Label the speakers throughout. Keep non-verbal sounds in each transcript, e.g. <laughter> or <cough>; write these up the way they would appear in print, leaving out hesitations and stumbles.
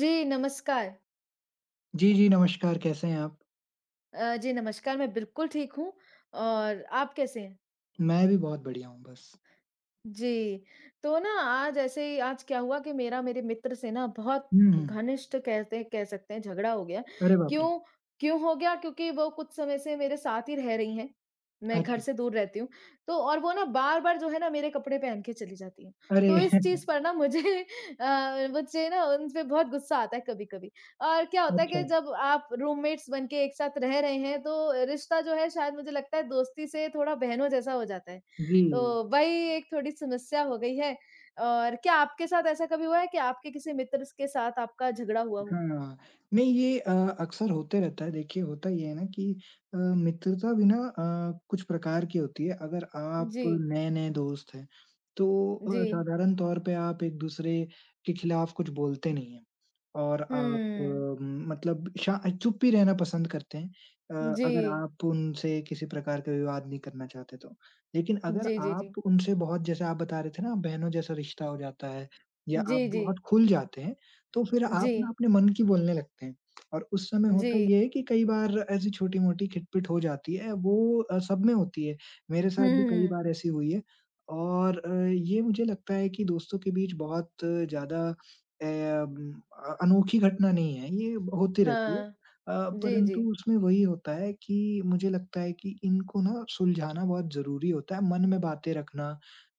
Speaker 1: जी, नमस्कार।
Speaker 2: जी, जी, नमस्कार, कैसे हैं आप?
Speaker 1: जी नमस्कार, मैं बिल्कुल ठीक हूँ और आप कैसे हैं?
Speaker 2: मैं भी बहुत बढ़िया हूँ बस।
Speaker 1: जी, तो ना आज ऐसे ही आज क्या हुआ कि मेरा मेरे मित्र से ना बहुत
Speaker 2: हुँ, हुँ।
Speaker 1: घनिष्ठ कहते कह सकते हैं झगड़ा हो गया।
Speaker 2: अरे बाप रे!
Speaker 1: क्यों क्यों हो गया? क्योंकि वो कुछ समय से मेरे साथ ही रह रही हैं। मैं घर
Speaker 2: अच्छा।
Speaker 1: से दूर रहती हूँ, तो और वो ना बार-बार जो है ना मेरे कपड़े पहन के चली जाती हैं।
Speaker 2: अरे!
Speaker 1: तो इस
Speaker 2: <laughs>
Speaker 1: चीज़ पर ना मुझे <laughs> मुझे ना उन पे बहुत गुस्सा आता है कभी-कभी। और क्या होता है
Speaker 2: अच्छा,
Speaker 1: कि जब आप रूममेट्स बन के एक साथ रह रहे हैं, तो रिश्ता जो है शायद मुझे लगता है दोस्ती से थोड़ा बहनों जैसा हो जाता है।
Speaker 2: जी।
Speaker 1: तो वही एक थोड़ी समस्या हो गई है। और क्या आपके साथ ऐसा कभी हुआ है कि आपके किसी मित्र के साथ आपका झगड़ा हुआ हो?
Speaker 2: हाँ, नहीं, ये अक्सर होते रहता है। देखिए, होता ये है ना कि मित्रता भी ना कुछ प्रकार की होती है। अगर आप
Speaker 1: जी,
Speaker 2: नए-नए दोस्त हैं, तो
Speaker 1: जी।
Speaker 2: साधारण तौर पे आप एक-दूसरे के खिलाफ कुछ बोलते नहीं हैं और आप अ,
Speaker 1: हुँ।
Speaker 2: म मतलब शा चुप ही रहना पसंद करते हैं, अ,
Speaker 1: जी।
Speaker 2: अगर आप उनसे किसी प्रकार का विवाद नहीं करना चाहते तो। लेकिन अगर
Speaker 1: जी, जी, जी।
Speaker 2: आप उनसे बहुत जैसे आप बता रहे थे ना, बहनों जैसा रिश्ता हो जाता है या आप
Speaker 1: जी, जी।
Speaker 2: बहुत खुल जाते हैं, तो फिर
Speaker 1: जी,
Speaker 2: आप ना अपने मन की बोलने लगते हैं और उस समय
Speaker 1: जी।
Speaker 2: होता ये है कि कई बार ऐसी छोटी-मोटी खिटपिट हो जाती है, वो सब में होती है। मेरे
Speaker 1: हुँ,
Speaker 2: साथ भी कई
Speaker 1: हुँ।
Speaker 2: बार ऐसी हुई है और ये मुझे लगता है कि दोस्तों के बीच बहुत ज़्यादा म अनोखी घटना नहीं है, ये होती रहती है।
Speaker 1: हाँ। जी,
Speaker 2: परंतु
Speaker 1: जी।
Speaker 2: उसमें वही होता है कि मुझे लगता है कि इनको ना सुलझाना बहुत ज़रूरी होता है, मन में बातें रखना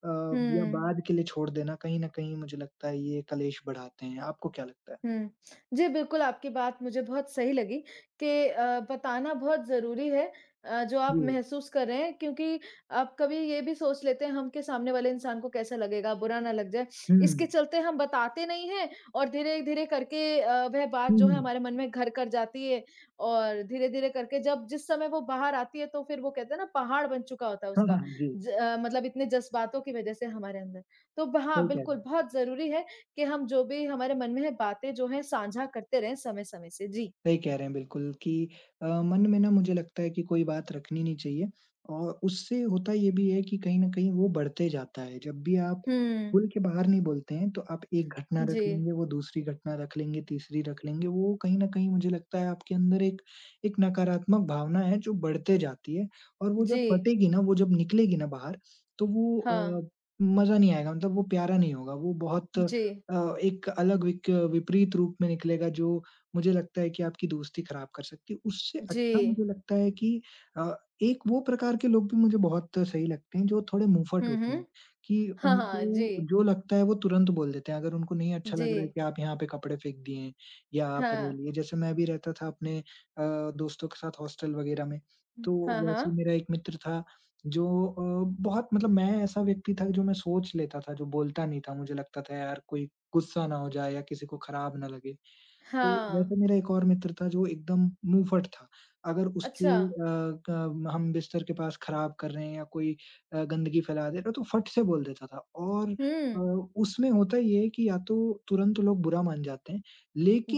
Speaker 2: अ, या
Speaker 1: हुँ।
Speaker 2: बाद के लिए छोड़ देना कहीं न कहीं मुझे लगता है ये कलेश बढ़ाते हैं। आपको क्या लगता है?
Speaker 1: हुँ। जी, बिल्कुल आपकी बात मुझे बहुत सही लगी कि बताना बहुत ज़रूरी है जो आप
Speaker 2: जी।
Speaker 1: महसूस कर रहे हैं क्योंकि आप कभी ये भी सोच लेते हैं हम कि सामने वाले इंसान को कैसा लगेगा, बुरा ना लग जाए। इसके
Speaker 2: हुँ।
Speaker 1: चलते हम बताते नहीं हैं और धीरे-धीरे करके वह बात
Speaker 2: हुँ,
Speaker 1: जो है
Speaker 2: हुँ।
Speaker 1: हमारे मन में घर कर जाती है और धीरे-धीरे करके जब जिस समय वो बाहर आती है तो फिर वो कहते हैं ना पहाड़ बन चुका होता है
Speaker 2: हाँ,
Speaker 1: उसका
Speaker 2: हाँ। जी,
Speaker 1: मतलब इतने जज़्बातों की वज़ह से हमारे अंदर। तो ब
Speaker 2: सही
Speaker 1: हाँ,
Speaker 2: कह रहे
Speaker 1: बिल्कुल
Speaker 2: हैं।
Speaker 1: बहुत ज़रूरी है कि हम जो भी हमारे मन में है बातें जो हैं साझा करते रहें समय-समय से। जी।
Speaker 2: सही कह रहे हैं बिल्कुल कि मन में ना मुझे लगता है कि कोई बात रखनी नहीं चाहिए और उससे होता ये भी है कि कहीं न कहीं वो बढ़ते जाता है। जब भी आप
Speaker 1: हुँ।
Speaker 2: खुल के बाहर नहीं बोलते हैं तो आप एक घटना रख
Speaker 1: जी,
Speaker 2: लेंगे, वो दूसरी घटना रख लेंगे, तीसरी रख लेंगे। वो कहीं न कहीं मुझे लगता है आपके अंदर एक एक नकारात्मक भावना है जो बढ़ते जाती है और वो जब
Speaker 1: जी।
Speaker 2: फटेगी ना, वो जब निकलेगी ना बाहर तो वो
Speaker 1: हाँ।
Speaker 2: मज़ा नहीं आएगा, मतलब वो प्यारा नहीं होगा। वो बहुत,
Speaker 1: जी।
Speaker 2: एक अलग विक विपरीत रूप में निकलेगा, जो मुझे लगता है कि आपकी दोस्ती खराब कर सकती है। उससे अच्छा
Speaker 1: जी।
Speaker 2: मुझे लगता है कि अ, एक वो प्रकार के लोग भी मुझे बहुत सही लगते हैं जो थोड़े मुँहफ़ट
Speaker 1: हुँ,
Speaker 2: होते हैं,
Speaker 1: हुँ।
Speaker 2: कि
Speaker 1: हाँ, हाँ।
Speaker 2: उनको
Speaker 1: जी,
Speaker 2: जो लगता है वो तुरंत बोल देते हैं। अगर उनको नहीं अच्छा
Speaker 1: जी।
Speaker 2: लग रहा है कि आप यहाँ पे कपड़े फेंक दिए हैं या आप
Speaker 1: हाँ।
Speaker 2: रेलिए, जैसे मैं भी रहता था अपने दोस्तों के साथ हॉस्टल वग़ैरह में, तो
Speaker 1: हाँ,
Speaker 2: वैसे ही
Speaker 1: हाँ।
Speaker 2: मेरा एक मित्र था जो बहुत मतलब, मैं ऐसा व्यक्ति था जो मैं सोच लेता था, जो बोलता नहीं था। मुझे लगता था यार कोई गुस्सा ना हो जाए या किसी को खराब ना लगे। तो
Speaker 1: हाँ।
Speaker 2: वैसे मेरा एक और मित्र था जो एकदम मुँहफट था। अगर उसके
Speaker 1: अच्छा।
Speaker 2: अ, क हम बिस्तर के पास खराब कर रहे हैं या कोई गंदगी फैला दे रहा है तो फट से बोल देता था और
Speaker 1: हुँ।
Speaker 2: उसमें होता ये है कि या तो तुरंत लोग बुरा मान जाते हैं,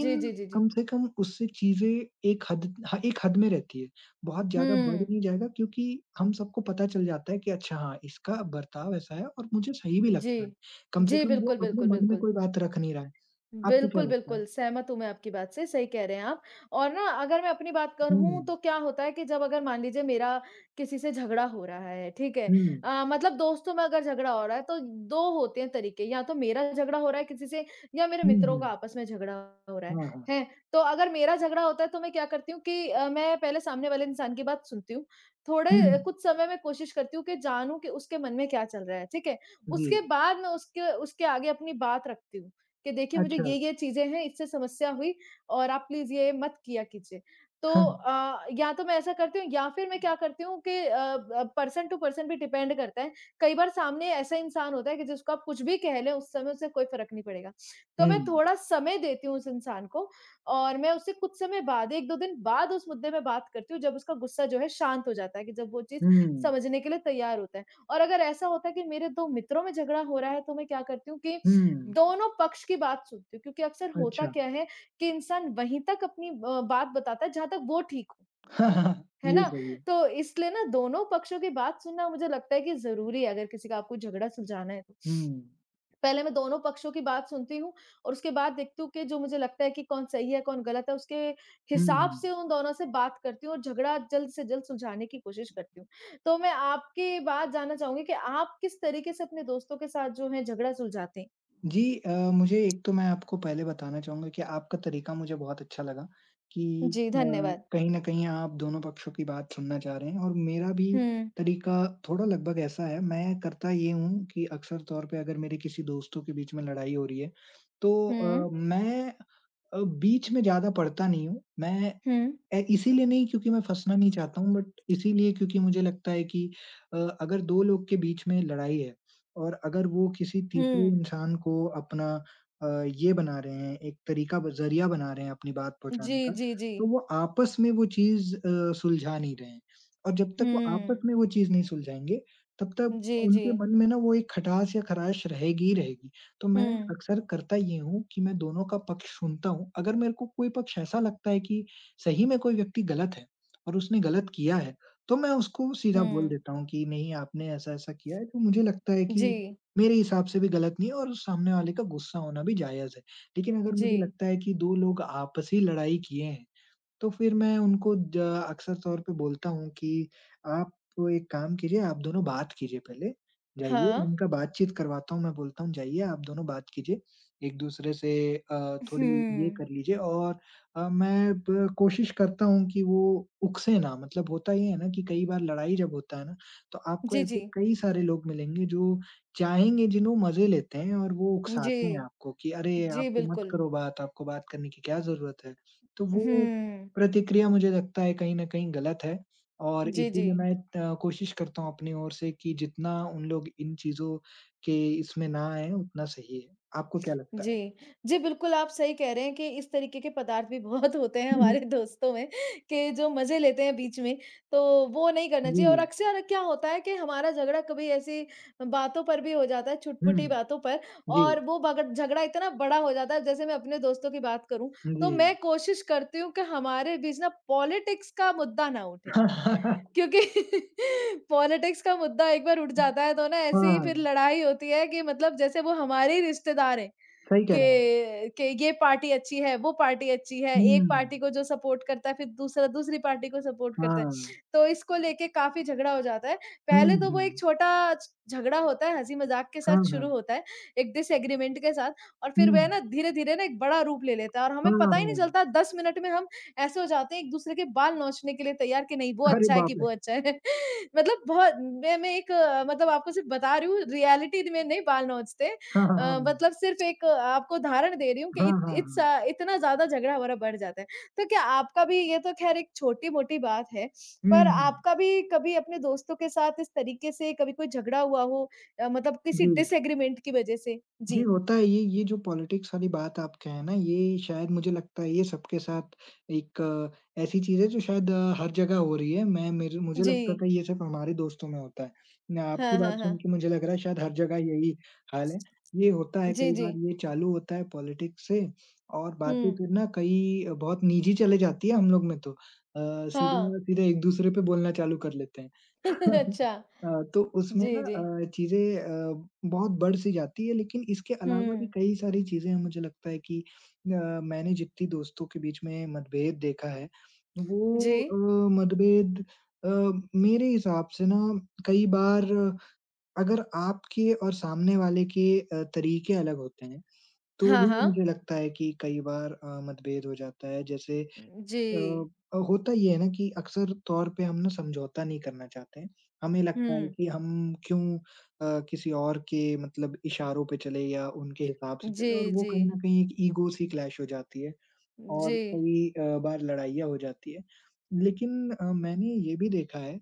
Speaker 1: जी, जी, जी, जी।
Speaker 2: कम से कम उससे चीज़ें एक हद में रहती है। बहुत ज़्यादा बढ़
Speaker 1: हुँ।
Speaker 2: नहीं जाएगा क्योंकि हम सबको पता चल जाता है कि अच्छा हाँ, इसका बर्ताव ऐसा है और मुझे सही भी
Speaker 1: जी।
Speaker 2: लगता है। कम से
Speaker 1: जी,
Speaker 2: कम वो
Speaker 1: बिल्कुल,
Speaker 2: अपने
Speaker 1: बिल्कुल,
Speaker 2: मन में
Speaker 1: बिल्कुल।
Speaker 2: कोई बात रख नहीं रहा है। आपको क्या
Speaker 1: बिल्कुल,
Speaker 2: लगता है?
Speaker 1: बिल्कुल, सहमत हूँ मैं आपकी बात से, सही कह रहे हैं आप। और ना अगर मैं अपनी बात
Speaker 2: हुँ।
Speaker 1: करूँ तो क्या होता है कि जब अगर मान लीजिए मेरा किसी से झगड़ा हो रहा है, ठीक है?
Speaker 2: हुँ।
Speaker 1: मतलब दोस्तों में अगर झगड़ा हो रहा है तो 2 होते हैं तरीके, या तो मेरा झगड़ा हो रहा है किसी से या मेरे
Speaker 2: हुँ,
Speaker 1: मित्रों का
Speaker 2: हुँ।
Speaker 1: आपस में झगड़ा हो रहा है,
Speaker 2: हाँ, हाँ।
Speaker 1: हैं? तो अगर मेरा झगड़ा होता है तो मैं क्या करती हूँ कि मैं पहले सामने वाले इंसान की बात सुनती हूँ,
Speaker 2: हुँ,
Speaker 1: थोड़े कुछ समय में कोशिश करती हूँ कि जानूँ कि उसके मन में क्या चल रहा है, ठीक है?
Speaker 2: जी।
Speaker 1: उसके बाद मैं उसके उसके आगे अपनी बात रखती हूँ। कि देखिए मुझे
Speaker 2: अच्छा।
Speaker 1: ये-ये चीज़ें हैं, इससे समस्या हुई और आप प्लीज़ ये मत किया कीजिए। तो
Speaker 2: हाँ।
Speaker 1: या तो मैं ऐसा करती हूँ या फिर मैं क्या करती हूँ कि अ, ब पर्सन टू पर्सन भी डिपेंड करता है। कई बार सामने ऐसा इंसान होता है कि जिसको आप कुछ भी कह लें, उस समय उसे कोई फ़र्क नहीं पड़ेगा। तो
Speaker 2: हुँ,
Speaker 1: मैं थोड़ा समय देती हूँ उस इंसान को और मैं उससे कुछ समय बाद 1-2 दिन बाद उस मुद्दे में बात करती हूँ, जब उसका गुस्सा जो है शांत हो जाता है कि जब वो चीज़
Speaker 2: हुँ,
Speaker 1: समझने के लिए तैयार होता है। और अगर ऐसा होता है कि मेरे 2 मित्रों में झगड़ा हो रहा है, तो मैं क्या करती हूँ कि
Speaker 2: हुँ।
Speaker 1: दोनों पक्ष की बात सुनती हूँ क्योंकि अक्सर होता
Speaker 2: अच्छा।
Speaker 1: क्या है कि इंसान वहीं तक अपनी बात बताता है जहाँ तक वो ठीक हो,
Speaker 2: हाँ, हाँ, हाँ,
Speaker 1: है ना?
Speaker 2: ये सही है।
Speaker 1: तो इसलिए ना दोनों पक्षों की बात सुनना मुझे लगता है कि ज़रूरी है अगर किसी का आपको झगड़ा सुलझाना है तो।
Speaker 2: हुँ,
Speaker 1: पहले मैं दोनों पक्षों की बात सुनती हूँ और उसके बाद देखती हूँ कि जो मुझे लगता है कि कौन सही है, कौन गलत है, उसके हिसाब
Speaker 2: हुँ।
Speaker 1: से उन दोनों से बात करती हूँ और झगड़ा जल्द से जल्द सुलझाने की कोशिश करती हूँ। तो मैं आपकी बात जानना चाहूँगी कि आप किस तरीके से अपने दोस्तों के साथ जो है झगड़ा सुलझाते हैं?
Speaker 2: जी, मुझे एक तो मैं आपको पहले बताना चाहूँगा कि आपका तरीका मुझे बहुत अच्छा लगा कि
Speaker 1: जी, धन्यवाद।
Speaker 2: कहीं न कहीं आप दोनों पक्षों की बात सुनना चाह रहे हैं और मेरा भी
Speaker 1: हुँ।
Speaker 2: तरीका थोड़ा लगभग ऐसा है। मैं करता ये हूँ कि अक्सर तौर पे अगर मेरे किसी दोस्तों के बीच में लड़ाई हो रही है, तो
Speaker 1: हुँ।
Speaker 2: मैं बीच में ज़्यादा पढ़ता नहीं हूँ, मैं
Speaker 1: हुँ।
Speaker 2: इसीलिए नहीं क्योंकि मैं फँसना नहीं चाहता हूँ, बट इसीलिए क्योंकि मुझे लगता है कि अगर 2 लोग के बीच में लड़ाई है और अगर वो किसी तीसरे
Speaker 1: हुँ।
Speaker 2: इंसान को अपना अ, ये बना रहे हैं, एक तरीका ब ज़रिया बना रहे हैं अपनी बात पहुँचाने
Speaker 1: जी,
Speaker 2: का,
Speaker 1: जी, जी।
Speaker 2: तो वो आपस में वो चीज़ सुलझा नहीं रहे हैं। और जब तक वो आपस
Speaker 1: हुँ।
Speaker 2: में वो चीज़ नहीं सुलझाएँगे, तब तक
Speaker 1: जी, जी।
Speaker 2: उनके मन में ना वो एक खटास या ख़राश रहेगी ही रहेगी। तो मैं
Speaker 1: हुँ,
Speaker 2: अक्सर करता ये हूँ कि मैं दोनों का पक्ष सुनता हूँ, अगर मेरे को कोई पक्ष ऐसा लगता है कि सही में कोई व्यक्ति गलत है और उसने गलत किया है, तो मैं उसको सीधा बोल
Speaker 1: हुँ।
Speaker 2: देता हूँ कि नहीं आपने ऐसा-ऐसा किया है, तो मुझे लगता है कि
Speaker 1: जी,
Speaker 2: मेरे हिसाब से भी गलत नहीं है और सामने वाले का गुस्सा होना भी जायज़ है। लेकिन अगर
Speaker 1: जी।
Speaker 2: मुझे लगता है कि 2 लोग आपसी लड़ाई किए हैं तो फिर मैं उनको ज अक्सर तौर पे बोलता हूँ कि आप एक काम कीजिए, आप दोनों बात कीजिए पहले। जाइए
Speaker 1: हाँ।
Speaker 2: उनका बातचीत करवाता हूँ, मैं बोलता हूँ जाइए आप दोनों बात कीजिए, एक-दूसरे से थोड़ी ये कर
Speaker 1: हुँ।
Speaker 2: लीजिए और मैं ब कोशिश करता हूँ कि वो उकसे ना, मतलब होता ये है ना कि कई बार लड़ाई जब होता है ना, तो आपको
Speaker 1: जी,
Speaker 2: ऐसे
Speaker 1: जी।
Speaker 2: कई सारे लोग मिलेंगे जो चाहेंगे, जिन्हों मज़े लेते हैं और वो
Speaker 1: जी।
Speaker 2: उकसाते हैं आपको कि अरे!
Speaker 1: जी,
Speaker 2: आप तो मत
Speaker 1: बिल्कुल।
Speaker 2: करो बात, आपको बात करने की क्या ज़रूरत है? तो वो
Speaker 1: हुँ।
Speaker 2: प्रतिक्रिया मुझे लगता है कहीं न कहीं गलत है और
Speaker 1: जी, जी।
Speaker 2: इसीलिए मैं त कोशिश करता हूँ अपनी ओर से कि जितना उन लोग इन चीज़ों के इसमें ना आएँ उतना सही है। आपको क्या लगता
Speaker 1: जी।
Speaker 2: है?
Speaker 1: जी, बिल्कुल आप सही कह रहे हैं कि इस तरीके के पदार्थ भी <laughs> बहुत होते
Speaker 2: <laughs>
Speaker 1: हैं
Speaker 2: हम्म,
Speaker 1: हमारे दोस्तों में कि जो मज़े लेते हैं बीच में, तो वो नहीं करना चाहिए और
Speaker 2: जी।
Speaker 1: अक्सर क्या होता है कि हमारा झगड़ा कभी ऐसी बातों पर भी हो जाता है,
Speaker 2: हुँ।
Speaker 1: छुटपुटी बातों पर
Speaker 2: जी।
Speaker 1: और वो बगड़ झगड़ा इतना बड़ा हो जाता है, जैसे मैं अपने दोस्तों की बात करूँ, तो
Speaker 2: जी।
Speaker 1: मैं कोशिश करती हूँ कि हमारे बीच ना पॉलिटिक्स का मुद्दा ना उठे।
Speaker 2: <laughs>
Speaker 1: क्योंकि <laughs> पॉलिटिक्स का मुद्दा एक बार उठ जाता है तो ना ऐसी ही फिर
Speaker 2: हाँ,
Speaker 1: लड़ाई होती है कि मतलब जैसे वो हमारे ही रिश्तेदार हैं
Speaker 2: सही कह रहे हैं आप।
Speaker 1: कि ये पार्टी अच्छी है, वो पार्टी अच्छी है, एक
Speaker 2: हुँ।
Speaker 1: पार्टी को जो सपोर्ट करता है फिर दूसरा दूसरी पार्टी को सपोर्ट करता है।
Speaker 2: हाँ।
Speaker 1: तो इसको लेके काफ़ी झगड़ा हो जाता है।
Speaker 2: हुँ,
Speaker 1: पहले तो वो एक
Speaker 2: हुँ।
Speaker 1: छोटा छ झगड़ा होता है, हँसी-मज़ाक के
Speaker 2: हाँ,
Speaker 1: साथ शुरू
Speaker 2: हाँ।
Speaker 1: होता है, एक डिसएग्रीमेंट के साथ और
Speaker 2: हुँ।
Speaker 1: फिर वह ना धीरे-धीरे ना एक बड़ा रूप ले लेता है और
Speaker 2: हाँ,
Speaker 1: हमें पता ही नहीं
Speaker 2: हाँ।
Speaker 1: चलता 10 मिनट में हम ऐसे हो जाते हैं एक-दूसरे के बाल नोचने के लिए तैयार कि नहीं वो
Speaker 2: अरे
Speaker 1: अच्छा है कि
Speaker 2: बाप रे!
Speaker 1: वो अच्छा है। <laughs> मतलब बहुत मैं एक मतलब आपको सिर्फ़ बता रही हूँ रियलिटी में नहीं बाल नोचते
Speaker 2: हाँ, हाँ, हाँ।
Speaker 1: मतलब सिर्फ़ एक आपको उदाहरण दे रही हूँ कि
Speaker 2: हाँ,
Speaker 1: इत
Speaker 2: हाँ,
Speaker 1: इट्स
Speaker 2: हाँ।
Speaker 1: इतना ज़्यादा झगड़ा हमारा बढ़ जाता है। तो क्या आपका भी ये तो ख़ैर एक छोटी-मोटी बात है,
Speaker 2: हुँ,
Speaker 1: पर
Speaker 2: हुँ।
Speaker 1: आपका भी कभी अपने दोस्तों के साथ इस तरीके से कभी कोई झगड़ा हुआ हो मतलब किसी
Speaker 2: जी।
Speaker 1: डिसएग्रीमेंट की वज़ह से?
Speaker 2: जी,
Speaker 1: जी।
Speaker 2: होता है ये, जो पॉलिटिक्स वाली बात आप कहें ना, ये शायद मुझे लगता है ये सबके साथ एक, ऐसी चीज़ है जो शायद हर जगह हो रही है। मैं मेरे मुझे
Speaker 1: जी।
Speaker 2: लगता था ये सिर्फ़ हमारे दोस्तों में होता है। न, आपकी
Speaker 1: हाँ,
Speaker 2: बात
Speaker 1: हाँ,
Speaker 2: सुन
Speaker 1: हाँ।
Speaker 2: के मुझे लग रहा है शायद हर जगह यही हाल है। ये होता है,
Speaker 1: जी,
Speaker 2: कई
Speaker 1: जी।
Speaker 2: बार ये चालू होता है पॉलिटिक्स से और बातें
Speaker 1: हुँ।
Speaker 2: फिर ना कई बहुत निजी चले जाती है हम लोग में तो।
Speaker 1: हाँ।
Speaker 2: सीधा सीधा एक-दूसरे पे बोलना चालू कर लेते हैं।
Speaker 1: <laughs>
Speaker 2: <laughs>
Speaker 1: अच्छा,
Speaker 2: तो उसमें
Speaker 1: जी,
Speaker 2: ना
Speaker 1: जी।
Speaker 2: चीज़ें बहुत बढ़-सी जाती है, लेकिन इसके अलावा भी
Speaker 1: हुँ,
Speaker 2: कई सारी चीज़ें हैं मुझे लगता है कि मैंने जितनी दोस्तों के बीच में मतभेद देखा है,
Speaker 1: जी।
Speaker 2: वो मतभेद अ, मेरे हिसाब से ना कई बार अगर आपके और सामने वाले के तरीके अलग होते हैं, तो
Speaker 1: हाँ,
Speaker 2: भी
Speaker 1: हाँ।
Speaker 2: मुझे लगता है कि कई बार मतभेद हो जाता है। जैसे
Speaker 1: जी।
Speaker 2: अ होता ये है ना कि अक्सर तौर पे हम ना समझौता नहीं करना चाहते हैं। हमें लगता है
Speaker 1: हुँ।
Speaker 2: कि हम क्यों किसी और के मतलब इशारों पे चले या उनके हिसाब से
Speaker 1: जी,
Speaker 2: चले, और वो
Speaker 1: जी।
Speaker 2: कहीं न कहीं एक ईगो सी क्लैश हो जाती है। और
Speaker 1: जी।
Speaker 2: कई बार लड़ाइयाँ हो जाती है। लेकिन मैंने ये भी देखा है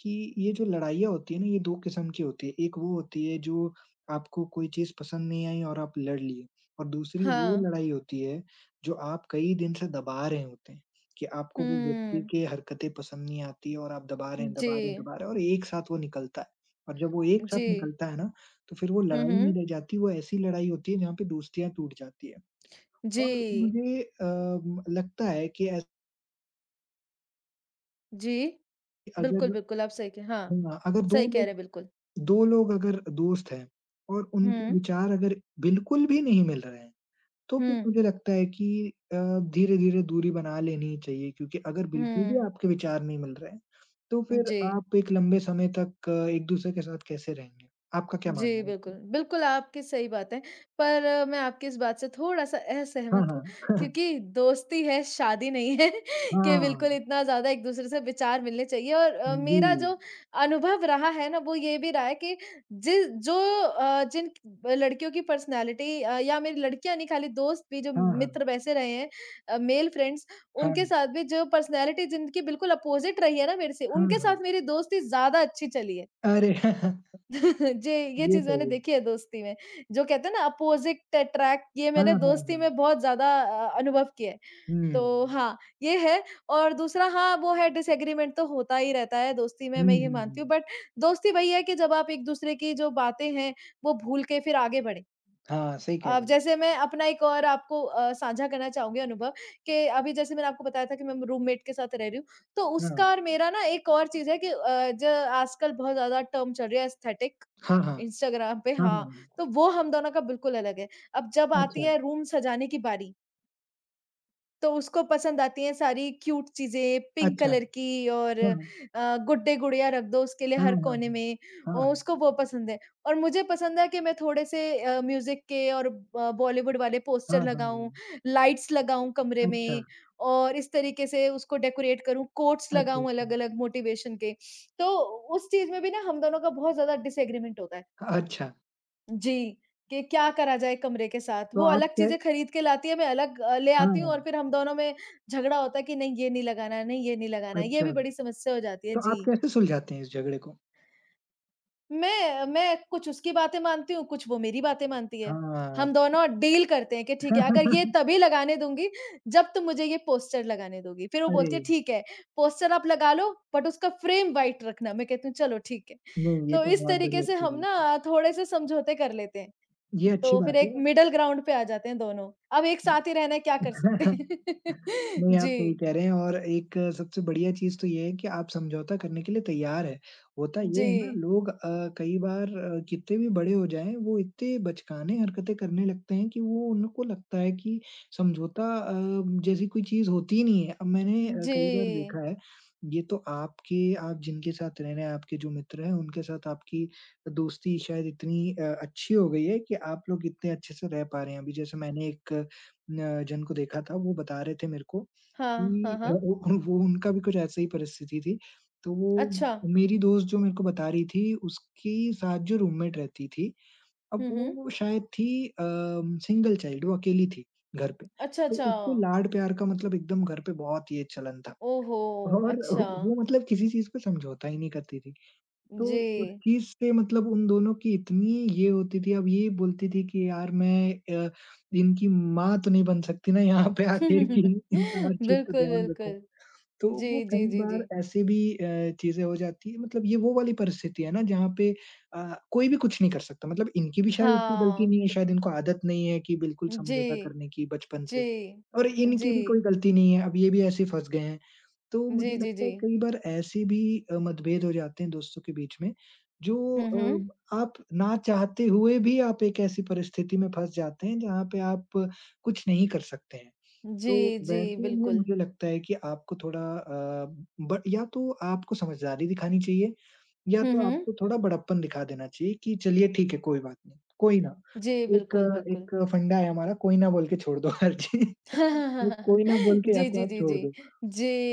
Speaker 2: कि ये जो लड़ाइयाँ होती है ना, ये 2 किस्म की होती है। एक वो होती है जो आपको कोई चीज़ पसंद नहीं आई और आप लड़ लिए, और दूसरी वो
Speaker 1: हाँ।
Speaker 2: लड़ाई होती है जो आप कई दिन से दबा रहे होते हैं कि आपको वो व्यक्ति
Speaker 1: हुँ।
Speaker 2: के हरकतें पसंद नहीं आती है और आप दबा रहे हैं,
Speaker 1: जी,
Speaker 2: दबा रहे हैं, दबा रहे हैं और एक साथ वो निकलता है। और जब वो एक साथ
Speaker 1: जी।
Speaker 2: निकलता है ना, तो फिर वो
Speaker 1: हुँ,
Speaker 2: लड़ाई नहीं
Speaker 1: हुँ।
Speaker 2: रह जाती, वो ऐसी लड़ाई होती है जहाँ पे दोस्तियाँ टूट जाती है। और
Speaker 1: जी,
Speaker 2: मुझे लगता है कि ऐसे
Speaker 1: जी। बिल्कुल,
Speaker 2: अगर
Speaker 1: बिल्कुल, आप सही कह हाँ,
Speaker 2: हाँ, अगर 2
Speaker 1: सही कह रहे
Speaker 2: लोग
Speaker 1: हैं बिल्कुल।
Speaker 2: 2 लोग अगर दोस्त हैं और उनके
Speaker 1: हुँ,
Speaker 2: विचार अगर बिल्कुल भी नहीं मिल रहे हैं, तो फिर
Speaker 1: हुँ,
Speaker 2: मुझे लगता है कि अ, धीरे-धीरे दूरी बना लेनी चाहिए क्योंकि अगर बिल्कुल भी
Speaker 1: हुँ।
Speaker 2: आपके विचार नहीं मिल रहे हैं, तो फिर
Speaker 1: जी।
Speaker 2: आप एक लंबे समय तक एक-दूसरे के साथ कैसे रहेंगे? आपका क्या
Speaker 1: जी,
Speaker 2: मानना है
Speaker 1: बिल्कुल।
Speaker 2: इसमें?
Speaker 1: बिल्कुल, आपकी सही बात है। पर मैं आपकी इस बात से थोड़ा-सा
Speaker 2: हाँ,
Speaker 1: असहमत हूँ
Speaker 2: हाँ। <laughs>
Speaker 1: क्योंकि दोस्ती है, शादी नहीं है <laughs> कि बिल्कुल
Speaker 2: हाँ,
Speaker 1: इतना ज़्यादा एक-दूसरे से विचार मिलने चाहिए और
Speaker 2: जी।
Speaker 1: मेरा जो अनुभव रहा है ना, वो ये भी रहा है कि जि जो जिन लड़कियों की पर्सनैलिटी या मेरी लड़कियाँ नहीं, खाली दोस्त भी जो
Speaker 2: हाँ, हाँ।
Speaker 1: मित्र वैसे रहे हैं मेल फ्रेंड्स,
Speaker 2: हाँ,
Speaker 1: उनके साथ भी जो पर्सनैलिटी जिनकी बिल्कुल अपोज़िट रही है ना मेरे से,
Speaker 2: हाँ,
Speaker 1: उनके
Speaker 2: हाँ।
Speaker 1: साथ मेरी दोस्ती ज़्यादा अच्छी चली है।
Speaker 2: अरे! <laughs>
Speaker 1: जी, ये
Speaker 2: ये
Speaker 1: चीज़ मैंने
Speaker 2: सही है।
Speaker 1: देखी है दोस्ती में। जो कहते हैं ना अपोज़िट अट्रैक्ट ये
Speaker 2: हाँ,
Speaker 1: मैंने
Speaker 2: हाँ,
Speaker 1: दोस्ती
Speaker 2: हाँ।
Speaker 1: में बहुत ज़्यादा अनुभव किया है।
Speaker 2: हुँ।
Speaker 1: तो हाँ, ये है और दूसरा हाँ, वो है डिसएग्रीमेंट तो होता ही रहता है दोस्ती में,
Speaker 2: हुँ,
Speaker 1: मैं ये
Speaker 2: हुँ,
Speaker 1: मानती हूँ।
Speaker 2: हुँ।
Speaker 1: बट दोस्ती वही है कि जब आप एक-दूसरे की जो बातें हैं, वो भूल के फिर आगे बढ़ें।
Speaker 2: हाँ, सही कह
Speaker 1: अब
Speaker 2: रहे हैं।
Speaker 1: जैसे मैं अपना एक और आपको साझा करना चाहूँगी अनुभव कि अभी जैसे मैंने आपको बताया था कि मैं रूममेट के साथ रह रही हूँ, तो
Speaker 2: हाँ।
Speaker 1: उसका और मेरा ना एक और चीज़ है कि जो आजकल बहुत ज़्यादा टर्म चल रही है एस्थेटिक
Speaker 2: हाँ, हाँ।
Speaker 1: इंस्टाग्राम पे
Speaker 2: हाँ, हाँ।
Speaker 1: हाँ,
Speaker 2: हाँ।
Speaker 1: तो वो हम दोनों का बिल्कुल अलग है। अब जब आती
Speaker 2: अच्छा,
Speaker 1: है रूम सजाने की बारी तो उसको पसंद आती हैं सारी क्यूट चीज़ें, पिंक
Speaker 2: अच्छा।
Speaker 1: कलर की और
Speaker 2: हाँ, हाँ।
Speaker 1: गुड्डे-गुड़िया रख दो उसके लिए
Speaker 2: हाँ,
Speaker 1: हर
Speaker 2: हाँ, हाँ।
Speaker 1: कोने में।
Speaker 2: हाँ,
Speaker 1: उसको वो पसंद है और मुझे पसंद है कि मैं थोड़े से म्यूज़िक के और ब बॉलीवुड वाले
Speaker 2: हाँ,
Speaker 1: पोस्टर
Speaker 2: हाँ,
Speaker 1: लगाऊँ,
Speaker 2: हाँ।
Speaker 1: लाइट्स लगाऊँ कमरे
Speaker 2: अच्छा,
Speaker 1: में और इस तरीके से उसको डेकोरेट करूँ, कोट्स
Speaker 2: अच्छा,
Speaker 1: लगाऊँ
Speaker 2: अच्छा।
Speaker 1: अलग-अलग मोटिवेशन के। तो उस चीज़ में भी ना हम दोनों का बहुत ज़्यादा डिसएग्रीमेंट होता है।
Speaker 2: अच्छा,
Speaker 1: जी, कि क्या करा जाए कमरे के साथ?
Speaker 2: तो
Speaker 1: वो
Speaker 2: आप
Speaker 1: अलग
Speaker 2: क्या
Speaker 1: चीज़ें खरीद के लाती है, मैं अलग ले
Speaker 2: हाँ,
Speaker 1: आती हूँ और
Speaker 2: हाँ।
Speaker 1: फिर हम दोनों में झगड़ा होता है कि नहीं ये नहीं लगाना है, नहीं ये नहीं लगाना है। ये
Speaker 2: अच्छा,
Speaker 1: भी बड़ी समस्या हो जाती है,
Speaker 2: तो आप
Speaker 1: जी।
Speaker 2: कैसे सुलझाते हैं इस झगड़े को?
Speaker 1: मैं कुछ उसकी बातें मानती हूँ, कुछ वो मेरी बातें मानती है।
Speaker 2: हाँ।
Speaker 1: हम दोनों डील करते हैं कि ठीक है, अगर ये
Speaker 2: <laughs>
Speaker 1: तभी लगाने दूँगी, जब तुम मुझे ये पोस्टर लगाने दोगी। फिर वो
Speaker 2: अरे!
Speaker 1: बोलती है ठीक है, पोस्टर आप लगा लो बट उसका फ्रेम व्हाइट रखना। मैं कहती हूँ चलो ठीक है।
Speaker 2: नहीं, ये
Speaker 1: तो
Speaker 2: तो
Speaker 1: इस
Speaker 2: बहुत बड़ी
Speaker 1: तरीके से
Speaker 2: अच्छी
Speaker 1: हम
Speaker 2: बात है।
Speaker 1: ना थोड़े-से समझौते कर लेते हैं।
Speaker 2: ये अच्छी
Speaker 1: तो फिर
Speaker 2: बात
Speaker 1: एक
Speaker 2: है।
Speaker 1: मिडल ग्राउंड पे आ जाते हैं दोनों। अब एक साथ ही रहना है क्या कर सकते
Speaker 2: <laughs>
Speaker 1: हैं? <laughs>
Speaker 2: नहीं, आप सही
Speaker 1: जी,
Speaker 2: कह रहे हैं और एक सबसे बढ़िया चीज़ तो ये है कि आप समझौता करने के लिए तैयार हैं। होता ये
Speaker 1: जी,
Speaker 2: है ना लोग कई बार कितने भी बड़े हो जाएँ वो इतने बचकाने हरकतें करने लगते हैं कि वो उनको लगता है कि समझौता जैसी कोई चीज़ होती ही नहीं है। अब मैंने
Speaker 1: जी।
Speaker 2: कई बार देखा है, ये तो आपके, आप जिनके साथ रह रहे हैं, आपके जो मित्र हैं उनके साथ आपकी दोस्ती शायद इतनी अच्छी हो गई है कि आप लोग इतने अच्छे से रह पा रहे हैं। अभी जैसे मैंने एक न जन को देखा था, वो बता रहे थे मेरे को
Speaker 1: हाँ, हाँ,
Speaker 2: कि
Speaker 1: हाँ।
Speaker 2: वो उनका भी कुछ ऐसे ही परिस्थिति थी। तो वो
Speaker 1: अच्छा।
Speaker 2: मेरी दोस्त जो मेरे को बता रही थी, उसके साथ जो रूममेट रहती थी, अब
Speaker 1: हुँ, हुँ।
Speaker 2: वो शायद थी सिंगल चाइल्ड, वो अकेली थी घर पे।
Speaker 1: अच्छा,
Speaker 2: तो
Speaker 1: अच्छा।
Speaker 2: उसको लाड-प्यार का मतलब एकदम घर पे बहुत ये चलन था,
Speaker 1: ओहो!
Speaker 2: और
Speaker 1: अच्छा।
Speaker 2: वो मतलब किसी चीज़ पे समझौता ही नहीं करती थी। तो
Speaker 1: जी।
Speaker 2: उस चीज़ से मतलब उन दोनों की इतनी ये होती थी, अब ये बोलती थी कि यार मैं अ, इनकी माँ तो नहीं बन सकती ना यहाँ पे आके कि इनका हर
Speaker 1: <laughs>
Speaker 2: चीज़ का
Speaker 1: बिल्कुल,
Speaker 2: ध्यान रखूँ।
Speaker 1: बिल्कुल।
Speaker 2: तो वो
Speaker 1: जी, जी,
Speaker 2: कई
Speaker 1: जी,
Speaker 2: बार
Speaker 1: जी।
Speaker 2: ऐसे भी चीज़ें हो जाती हैं, मतलब ये वो वाली परिस्थिति है ना जहाँ पे कोई भी कुछ नहीं कर सकता, मतलब इनकी भी शायद इतनी गलती
Speaker 1: हाँ।
Speaker 2: नहीं है, शायद इनको आदत नहीं है कि बिल्कुल समझौता
Speaker 1: जी,
Speaker 2: करने की बचपन से,
Speaker 1: जी।
Speaker 2: और इनकी
Speaker 1: जी।
Speaker 2: भी कोई गलती नहीं है, अब ये भी ऐसे ही फँस गए हैं। तो मुझे
Speaker 1: जी, जी,
Speaker 2: लगता
Speaker 1: जी।
Speaker 2: है कई बार ऐसे भी मतभेद हो जाते हैं दोस्तों के बीच में जो
Speaker 1: हुँ, हुँ।
Speaker 2: आप ना चाहते हुए भी आप एक ऐसी परिस्थिति में फँस जाते हैं जहाँ पे आप कुछ नहीं कर सकते हैं।
Speaker 1: जी,
Speaker 2: तो
Speaker 1: जी,
Speaker 2: वैसे में
Speaker 1: बिल्कुल।
Speaker 2: मुझे लगता है कि आपको थोड़ा अ, ब या तो आपको समझदारी दिखानी चाहिए या
Speaker 1: हुँ,
Speaker 2: तो
Speaker 1: हुँ।
Speaker 2: आपको थोड़ा बड़प्पन दिखा देना चाहिए कि चलिए ठीक है कोई बात नहीं, कोई ना।
Speaker 1: जी,
Speaker 2: एक
Speaker 1: बिल्कुल, बिल्कुल।
Speaker 2: एक फंडा है हमारा, कोई ना बोल के छोड़ दो हर चीज़।
Speaker 1: <laughs> हाँ,
Speaker 2: <laughs>
Speaker 1: हाँ, हाँ, हाँ,
Speaker 2: एक
Speaker 1: हाँ।
Speaker 2: कोई ना बोल के या
Speaker 1: जी,
Speaker 2: तो
Speaker 1: जी,
Speaker 2: आप
Speaker 1: जी,
Speaker 2: छोड़
Speaker 1: जी।
Speaker 2: दो।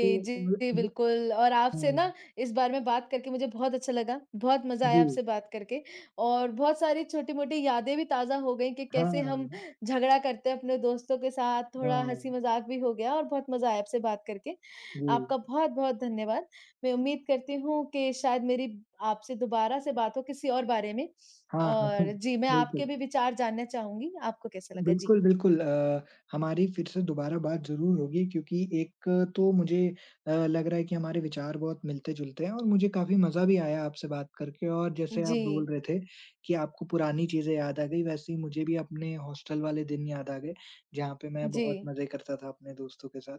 Speaker 2: तो
Speaker 1: जी,
Speaker 2: हाँ,
Speaker 1: बिल्कुल और आपसे ना इस बारे में बात करके मुझे बहुत अच्छा लगा, बहुत मज़ा आया
Speaker 2: जी।
Speaker 1: आपसे बात करके और बहुत सारी छोटी-मोटी यादें भी ताज़ा हो गई कि कैसे हम
Speaker 2: हाँ,
Speaker 1: झगड़ा करते हैं अपने दोस्तों के साथ, थोड़ा
Speaker 2: हाँ,
Speaker 1: हँसी-मज़ाक भी हो गया और बहुत मज़ा आया आपसे बात करके।
Speaker 2: जी।
Speaker 1: आपका बहुत-बहुत धन्यवाद। मैं उम्मीद करती हूँ कि शायद मेरी आपसे दोबारा से बात हो किसी और बारे में
Speaker 2: हाँ, हाँ
Speaker 1: और जी, मैं
Speaker 2: <laughs>
Speaker 1: आपके
Speaker 2: बिल्कुल।
Speaker 1: भी विचार जानना चाहूँगी, आपको कैसा लगा? जी।
Speaker 2: बिल्कुल, बिल्कुल। हमारी फिर से दोबारा बात ज़रूर होगी क्योंकि एक तो मुझे लग रहा है कि हमारे विचार बहुत मिलते-जुलते हैं और मुझे काफ़ी मज़ा भी आया आपसे बात करके और जैसे आप बोल
Speaker 1: जी,
Speaker 2: रहे थे कि आपको पुरानी चीज़ें याद आ गई, वैसे ही मुझे भी अपने हॉस्टल वाले दिन याद आ गए, जहाँ पे मैं
Speaker 1: जी।
Speaker 2: बहुत मज़े करता था अपने दोस्तों के साथ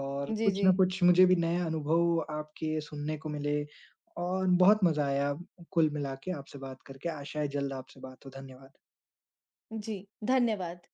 Speaker 2: और
Speaker 1: जी,
Speaker 2: कुछ
Speaker 1: जी।
Speaker 2: ना कुछ मुझे भी नए अनुभव आपके सुनने को मिले और बहुत मज़ा आया कुल मिला के आपसे बात करके। आशा है जल्द आपसे बात हो। धन्यवाद।
Speaker 1: जी, धन्यवाद।